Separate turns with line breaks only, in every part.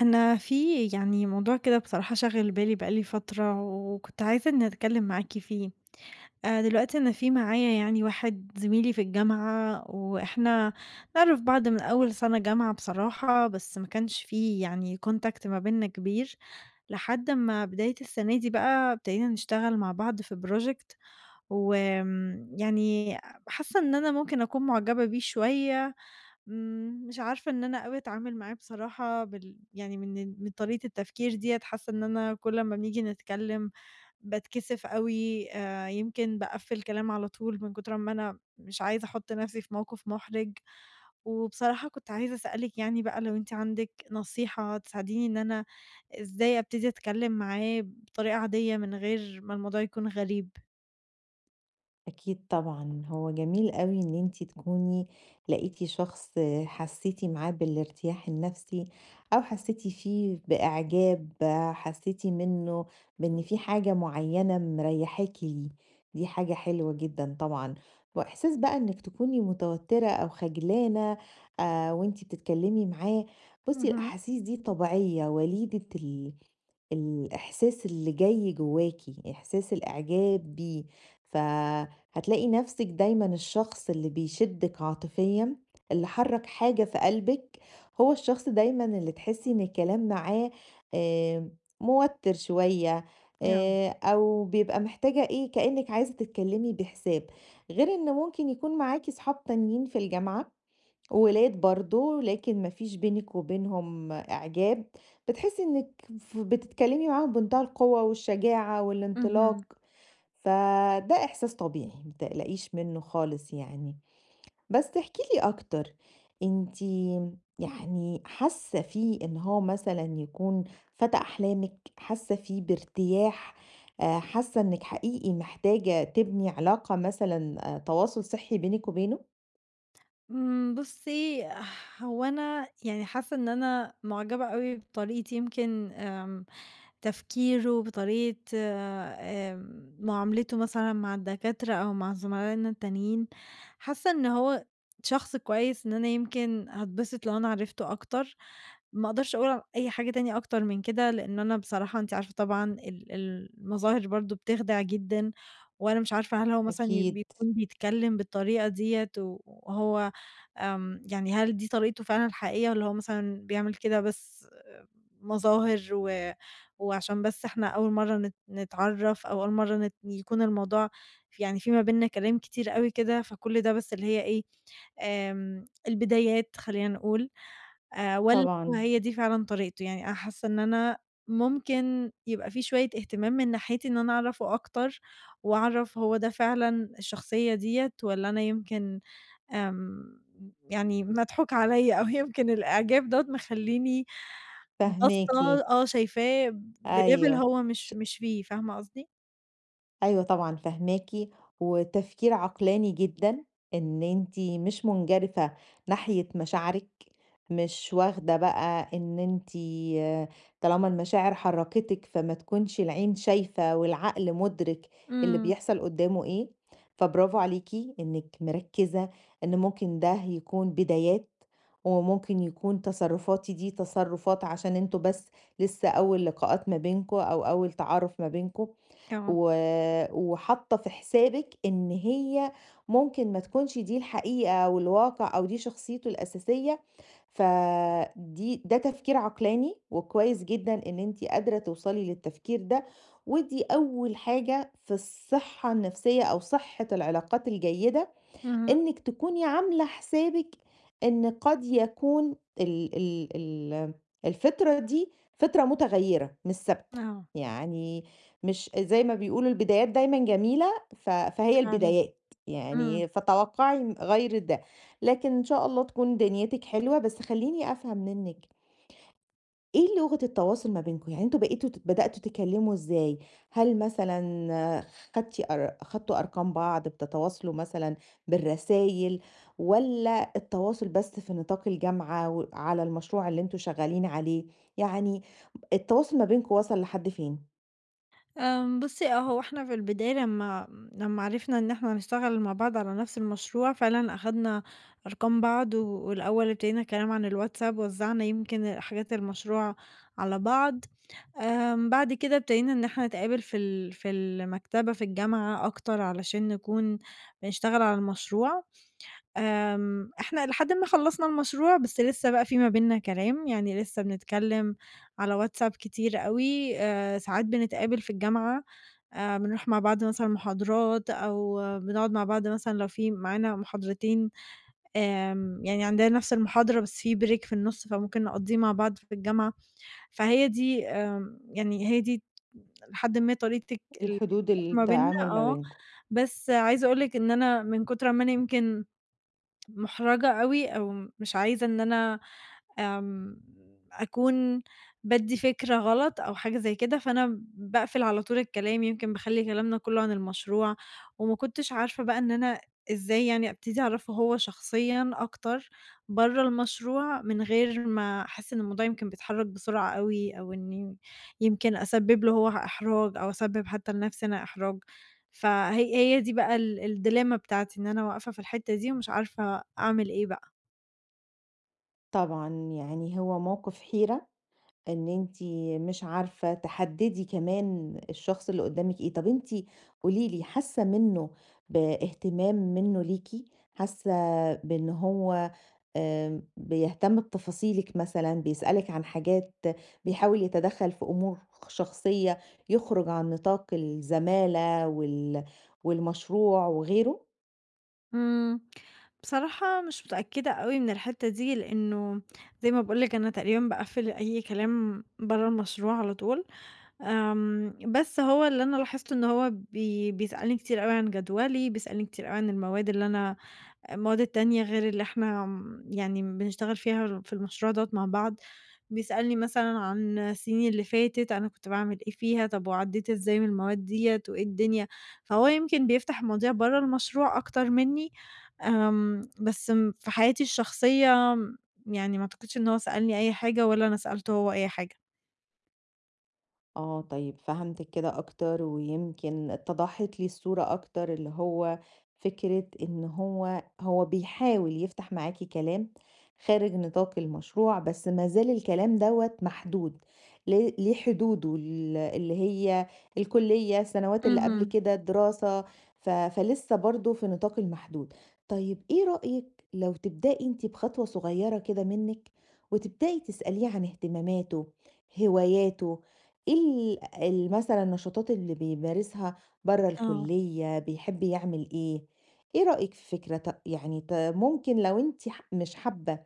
أنا في يعني موضوع كده بصراحة شاغل بالي بقى لي فترة وكنت عايزة إني أتكلّم معاكِ فيه. دلوقتي أنا في معايا يعني واحد زميلي في الجامعة وإحنا نعرف بعض من أول سَنة جامعة بصراحة، بس ما كانش في يعني contact ما بيننا كبير، لحد أمّا بداية السَنة دي بقى ابتدينا نشتغل مع بعض في project وآمم يعني حاسّة إن أنا ممكن أكون مُعجبة بيه شوية. مش عارفة إن أنا أوي أتعامل معاه بصراحة يعني من طريقة التفكير ديّة، حاسة إن أنا كل أمّا بنيجي نتكلم باتكسف أوي، يمكن باقفّل كلام على طول من كتر ما أنا مش عايزة أحُط نفسي في موقف محرج، وبصراحة كنت عايزة أسألِك يعني بقى لو أنتِ عندِك نصيحة تساعديني إن أنا إزاي أبتدي أتكلم معاه بطريقة عادية من غير ما الموضوع يكون غريب؟
أكيد طبعًا، هو جميل أوي إن أنتِ تكوني لقيتِ شخص حسيتِ معاه بالارتياح النفسي، أو حسيتِ فيه بإعجاب، حسيتِ منه بإن في حاجة معينة مريحاكِ ليه، دي حاجة حلوة جدًا طبعًا، وإحساس بقى إنِك تكوني متوترة أو خجلانة وأنتِ بتتكلمي معاه، بُصي
اهم،
الأحاسيس دي طبيعية وليدة الإحساس اللي جاي جواكِ، إحساس الإعجاب بيه، ف هتلاقي نفسِك دايمًا الشخص اللي بيشدِّك عاطفيًا، اللي حرّك حاجة في قلبِك، هو الشخص دايمًا اللي تحسّي إن الكلام معاه آآ موتّر شوية
آه،
أو بيبقى محتاجة إيه، كإنِّك عايزة تتكلّمي بحساب. غير إن ممكن يكون معاكِ صحاب تانيين في الجامعة، ولاد برضه، لكن ما فيش بينِك وبينهم إعجاب، بتحسّي إنِّك ف بتتكلّمي معاهم بمنتهى القوة والشجاعة
اهم.
والانطلاق. فده إحساس طبيعي، ما تقلقيش منّه خالص. يعني. بس احكي لي أكتر، أنتِ يعني حاسة فيه إن هو مثلًا يكون فتى أحلامِك، حاسة فيه بارتياح، حاسة إنِّك حقيقي محتاجة تبني علاقة مثلًا تواصل صحّي بينِك وبينه؟
إمم، بُصّي، هو أنا يعني حاسة إن أنا معجبة أوي بطريقة يمكن تفكيره، بطريقة معاملته مثلًا مع الدكاترة أو مع زملائنا التانيين، حاسة إن هو شخص كويس، إن أنا يمكن هاتبسط لو أنا عرفته أكتر، ما أقدرش أقول على أي حاجة تانية أكتر من كده، لإن أنا بصراحة أنتِ عارفة طبعًا المظاهر برضه بتخدع جدًا، وأنا مش عارفة هل هو مثلًا
أكيد،
بيكون بيتكلم بالطريقة ديّة وهو يعني هل دي طريقته فعلًا الحقيقية والّا هو مثلًا بيعمل كده بس آمم، مظاهر و وعشان بس إحنا أول مرّة نتعرّف أو أول مرّة يكون الموضوع يعني في ما بيننا كلام كتير أوي كده، فكل ده بس اللي هي إيه، البدايات خلّينا نقول، والّا
طبعًا.
هي دي فعلًا طريقته؟ يعني أنا حاسّة إن أنا ممكن يبقى في شوية اهتمام من ناحيتي إن أنا أعرفه أكتر وأعرف هو ده فعلًا الشخصية ديّة والّا أنا يمكن آمم، يعني مضحوك عليّا أو يمكن الإعجاب دوّة مخلّيني
فاهماكِ،
باصّة. آه، شايفاه بlevel
أيوه.
هو مش
ش
مش فيه، فاهمة قصدي؟
أيوه طبعًا فاهماكِ، وتفكير عقلاني جدًا، إن أنتِ مش مُنجرفة ناحية مشاعرِك، مش واخدة بقى إن أنتِ طالما المشاعر حرّكتِك فما تكونش العين شايفة والعقل مُدرك اللي
إمم،
بيحصل قدّامه إيه، فبرافو عليكِ إنِّك مركّزة إن ممكن ده يكون بدايات، وممكن يكون تصرُّفاتي دي تصرُّفات عشان أنتم بس لسه أول لقاءات ما بينكم أو أول تعارُف ما بينكم،
آه،
و وحاطة في حسابِك إن هي ممكن ما تكونش دي الحقيقة أو الواقع أو دي شخصيته الأساسية، فدي ده تفكير عقلاني وكويس جدًا إن أنتِ قادرة توصلي للتفكير ده، ودي أول حاجة في الصحة النفسية أو صحة العلاقات الجيدة
اهم،
إنِّك تكوني عاملة حسابِك إن قد يكون ال ال ال الفِطرة دي فِطرة متغيّرة مش ثابتة،
آه،
يعني مش زي ما بيقولوا البدايات دايمًا جميلة فهي
فعلًا،
البدايات،
إمم.
يعني فتوقّعي م غير ده، لكن إن شاء الله تكون دنيتِك حلوة، بس خلّيني أفهم منِّك إيه لغة التواصل ما بينكم؟ يعني أنتم بقيتوا بدأتوا تتكلموا إزاي؟ هل مثلًا خدتِ خدتوا أرقام بعض، بتتواصلوا مثلًا بالرسايل والّا التواصل بس في نطاق الجامعة و على المشروع اللي أنتم شغالين عليه؟ يعني التواصل ما بينكم وصل لحد فين؟
بُصّي آه، هو إحنا في البداية لمّا عرفنا إن إحنا هنشتغل مع بعض على نفس المشروع، فعلًا أخدنا أرقام بعض، والأول ابتدينا كلام عن الواتساب، وزّعنا يمكن حاجات المشروع على بعض. بعد كده ابتدينا إن إحنا نتقابل في في المكتبة في الجامعة أكتر علشان نكون بنشتغل على المشروع. إحنا إلى حدٍ ما خلّصنا المشروع، بس لسه بقى في ما بيننا كلام، يعني لسه بنتكلّم على واتساب كتير أوي، ساعات بنتقابل في الجامعة، بنروح مع بعض مثلًا محاضرات أو بنقعد مع بعض مثلًا لو في معانا محاضرتين، يعني عندنا نفس المحاضرة بس في break في النُص فممكن نقضّيه مع بعض في الجامعة، فهي دي يعني هي دي لحدٍ ما طريقة الك
الحدود
ما بيننا.
التعامل ما
آه،
بينكم؟
بس عايزة أقول لِك إن أنا من كتر ما أنا يمكن محرجة أوي أو مش عايزة إن أنا آمم، أكون بادّي فكرة غلط أو حاجة زي كده، فأنا باقفل على طول الكلام، يمكن باخلّي كلامنا كلّه عن المشروع، وما كنتش عارفة بقى إن أنا إزاي يعني أبتدي أعرفه هو شخصيًا أكتر برّه المشروع، من غير ما أحس إن الموضوع يمكن بيتحرك بسرعة أوي، أو إني يمكن أسبب له هو إحراج أو أسبب حتى لنفسي أنا إحراج. فهي دي بقى الديليما بتاعتي، إن أنا واقفة في الحتّة دي ومش عارفة أعمل إيه بقى.
طبعًا يعني هو موقف حيرة إن أنتِ مش عارفة تحددي كمان الشخص اللي قدامِك إيه، طب أنتِ قولي لي حاسة منه باهتمام منه ليكِ، حاسة بإن هو بيهتم بتفاصيلِك مثلًا، بيسألِك عن حاجات، بيحاول يتدخل في أمور شخصية، يخرج عن نطاق الزمالة والمشروع وغيره؟
إمم. بصراحة مش متأكدة أوي من الحتّة دي، لإنه زي ما باقول لِك أنا تقريبًا باقفّل أي كلام برّه المشروع على طول. بس هو اللي أنا لاحظته إن هو بيسألني كتير أوي عن جدولي، بيسألني كتير أوي عن المواد اللي أنا، المواد التانية غير اللي إحنا يعني بنشتغل فيها في المشروع دوّة مع بعض، بيسألني مثلًا عن السنين اللي فاتت أنا كنت باعمل إيه فيها، طب وعدّيت إزاي من المواد ديّة وإيه الدنيا، فهو يمكن بيفتح مواضيع برّه المشروع أكتر منّي. بس في حياتي الشخصية يعني ما أعتقدش إن هو سألني أي حاجة ولا أنا سألته هو أي حاجة.
آه، طيب فهمتِك كده أكتر، ويمكن اتضحت لي الصورة أكتر، اللي هو فكرة إن هو بيحاول يفتح معاكِ كلام خارج نطاق المشروع، بس ما زال الكلام دوّة محدود، ليه حدوده اللي هي الكلية، السنوات اللي قبل
اهم.
كده، الدراسة، فلسه برضه في نطاق المحدود. طيب إيه رأيِك لو تبدئي أنتِ بخطوة صغيرة كده منِّك، وتبدئي تسأليه عن اهتماماته، هواياته، إيه ال ال مثلًا النشاطات اللي بيمارسها برّه
آه.
الكُلّية، بيحب يعمل إيه؟ إيه رأيِك في فكرة يعني ممكن لو أنتِ مش حابة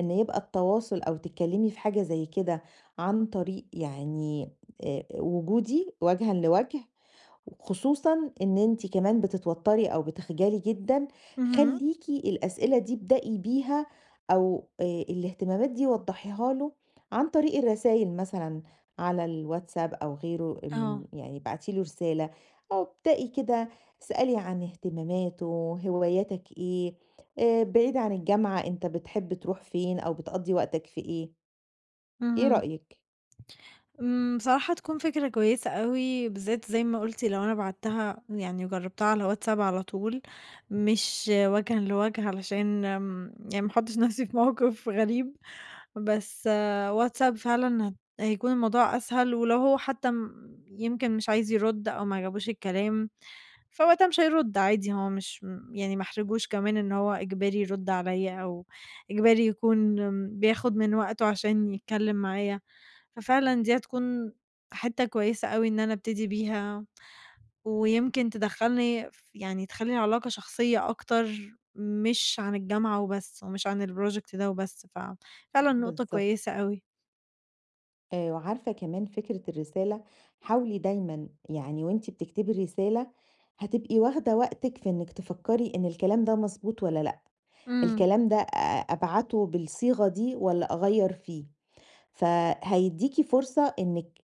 إن يبقى التواصل أو تتكلّمي في حاجة زي كده عن طريق يعني وجودي وجهًا لوجه خصوصًا إن أنتِ كمان بتتوتّري أو بتخجلي جدًا،
اهم.
خلّيكِ الأسئلة دي ابدئي بيها أو الاهتمامات دي وضّحيها له عن طريق الرسايل مثلًا على الواتساب أو غيره من
آه.
يعني ابعتي له رسالة أو ابدئي كده اسألي عن اهتماماته، هواياتك إيه، بعيد عن الجامعة أنت بتحب تروح فين أو بتقضّي وقتك في إيه، إيه
مهم.
رأيك؟
إمم، بصراحة تكون فكرة كويسة أوي، بالذات زي ما قُلتِ لو أنا بعتّها يعني وجرّبتها على واتساب على طول، مش وجهًا لوجه علشان يعني ما احطّش نفسي في موقف غريب. بس WhatsApp فعلًا هيكون الموضوع أسهل، ولو هو حتى يمكن مش عايز يرُد أو ما عجبوش الكلام، فوقتها مش هيرُد عادي، هو مش يعني ما احرجوش كمان إن هو إجباري يرُد عليّا أو إجباري يكون بياخد من وقته عشان يتكلم معايا، ففعلًا دي هتكون حِتّة كويسة أوي إن أنا أبتدي بيها. ويمكن تدخّلني يعني تخلّي العلاقة شخصية أكتر، مش عن الجامعة وبس، ومش عن الproject ده وبس، ففعلًا نقطة
بالضبط.
كويسة أوي.
وعارفة كمان فكرة الرسالة، حاولي دايمًا يعني وأنتِ بتكتبي الرسالة هتبقي واخدة وقتِك في إنِّك تفكّري إن الكلام ده مضبوط والّا لأ،
إمم،
الكلام ده أبعته بالصيغة دي والّا أغيّر فيه. فهيدّيكِ فرصة إنِّك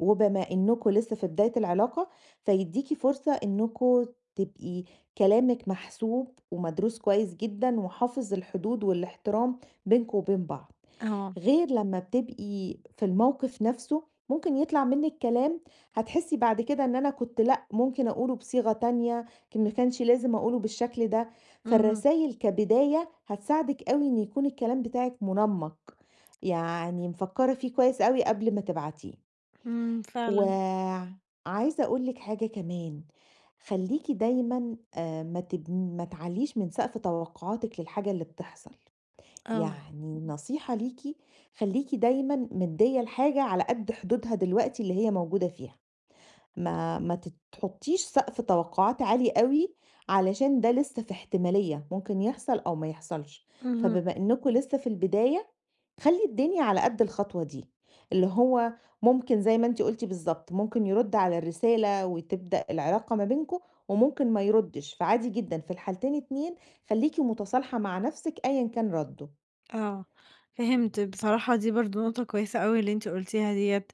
وبما إنكم لسه في بداية العلاقة، فيدّيكِ فرصة إنكم تبقي كلامِك محسوب ومدروس كويس جدًا وحافظ الحدود والاحترام بينكم وبين بعض.
آه،
غير لمّا بتبقي في الموقف نفسه، ممكن يطلع منِّك كلام هتحسّي بعد كده إن أنا كنت لأ، ممكن أقوله بصيغة تانية، كان ما كانش لازم أقوله بالشكل ده.
اهم،
فالرسايل كبداية هتساعدِك أوي إن يكون الكلام بتاعِك منمّق. يعني مفكّرة فيه كويس أوي قبل ما تبعتيه.
إمم، فعلًا،
إمم. وعايزة أقول لِك حاجة كمان، خلّيكِ دايمًا ما تعلّيش من سقف توقعاتِك للحاجة اللي بتحصل،
آه،
يعني نصيحة ليكِ خلّيكِ دايمًا مدّية الحاجة على قد حدودها دلوقتي اللي هي موجودة فيها. ما ما تت تحطّيش سقف توقعات عالي أوي، علشان ده لسه في احتمالية، ممكن يحصل أو ما يحصلش،
اهم.
فبما إنكم لسه في البداية، خلّي الدنيا على قد الخطوة دي، اللي هو ممكن زي ما أنتِ قُلتِ بالضبط، ممكن يرُد على الرسالة وتبدأ العلاقة ما بينكم، وممكن ما يردش، فعادي جدًا في الحالتين اتنين خلّيكِ متصالحة مع نفسِك أيًا كان رَدُّه.
آه، فهمت. بصراحة دي برضه نقطة كويسة أوي اللي أنتِ قُلتيها ديّة،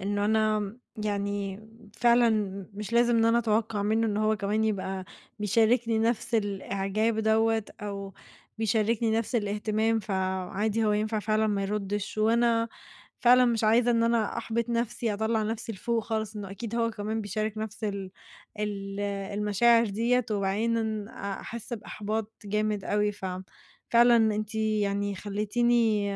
إنه أنا يعني فعلًا مش لازم إن أنا أتوقع منه إن هو كمان يبقى بيشاركني نفس الإعجاب دوّة أو بيشاركني نفس الاهتمام، فعادي هو ينفع فعلًا ما يردّش، وأنا فعلًا مش عايزة إن أنا أحبط نفسي، أطلّع نفسي لفوق خالص، إنه أكيد هو كمان بيشارك نفس ال المشاعر ديّة، وبعدين أحس بإحباط جامد أوي فعلًا أنتِ يعني خلّيتيني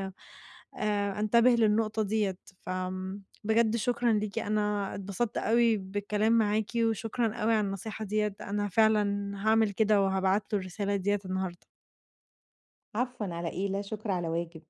أنتبه للنقطة ديّة. فآمم بجد شكرًا ليكِ، أنا اتبسطت أوي بالكلام معاكِ، وشكرًا أوي على النصيحة ديّة، أنا فعلًا هاعمل كده وهابعت له الرسالة ديّة النهارده.
عفوًا على إيه، لا شكر على واجب.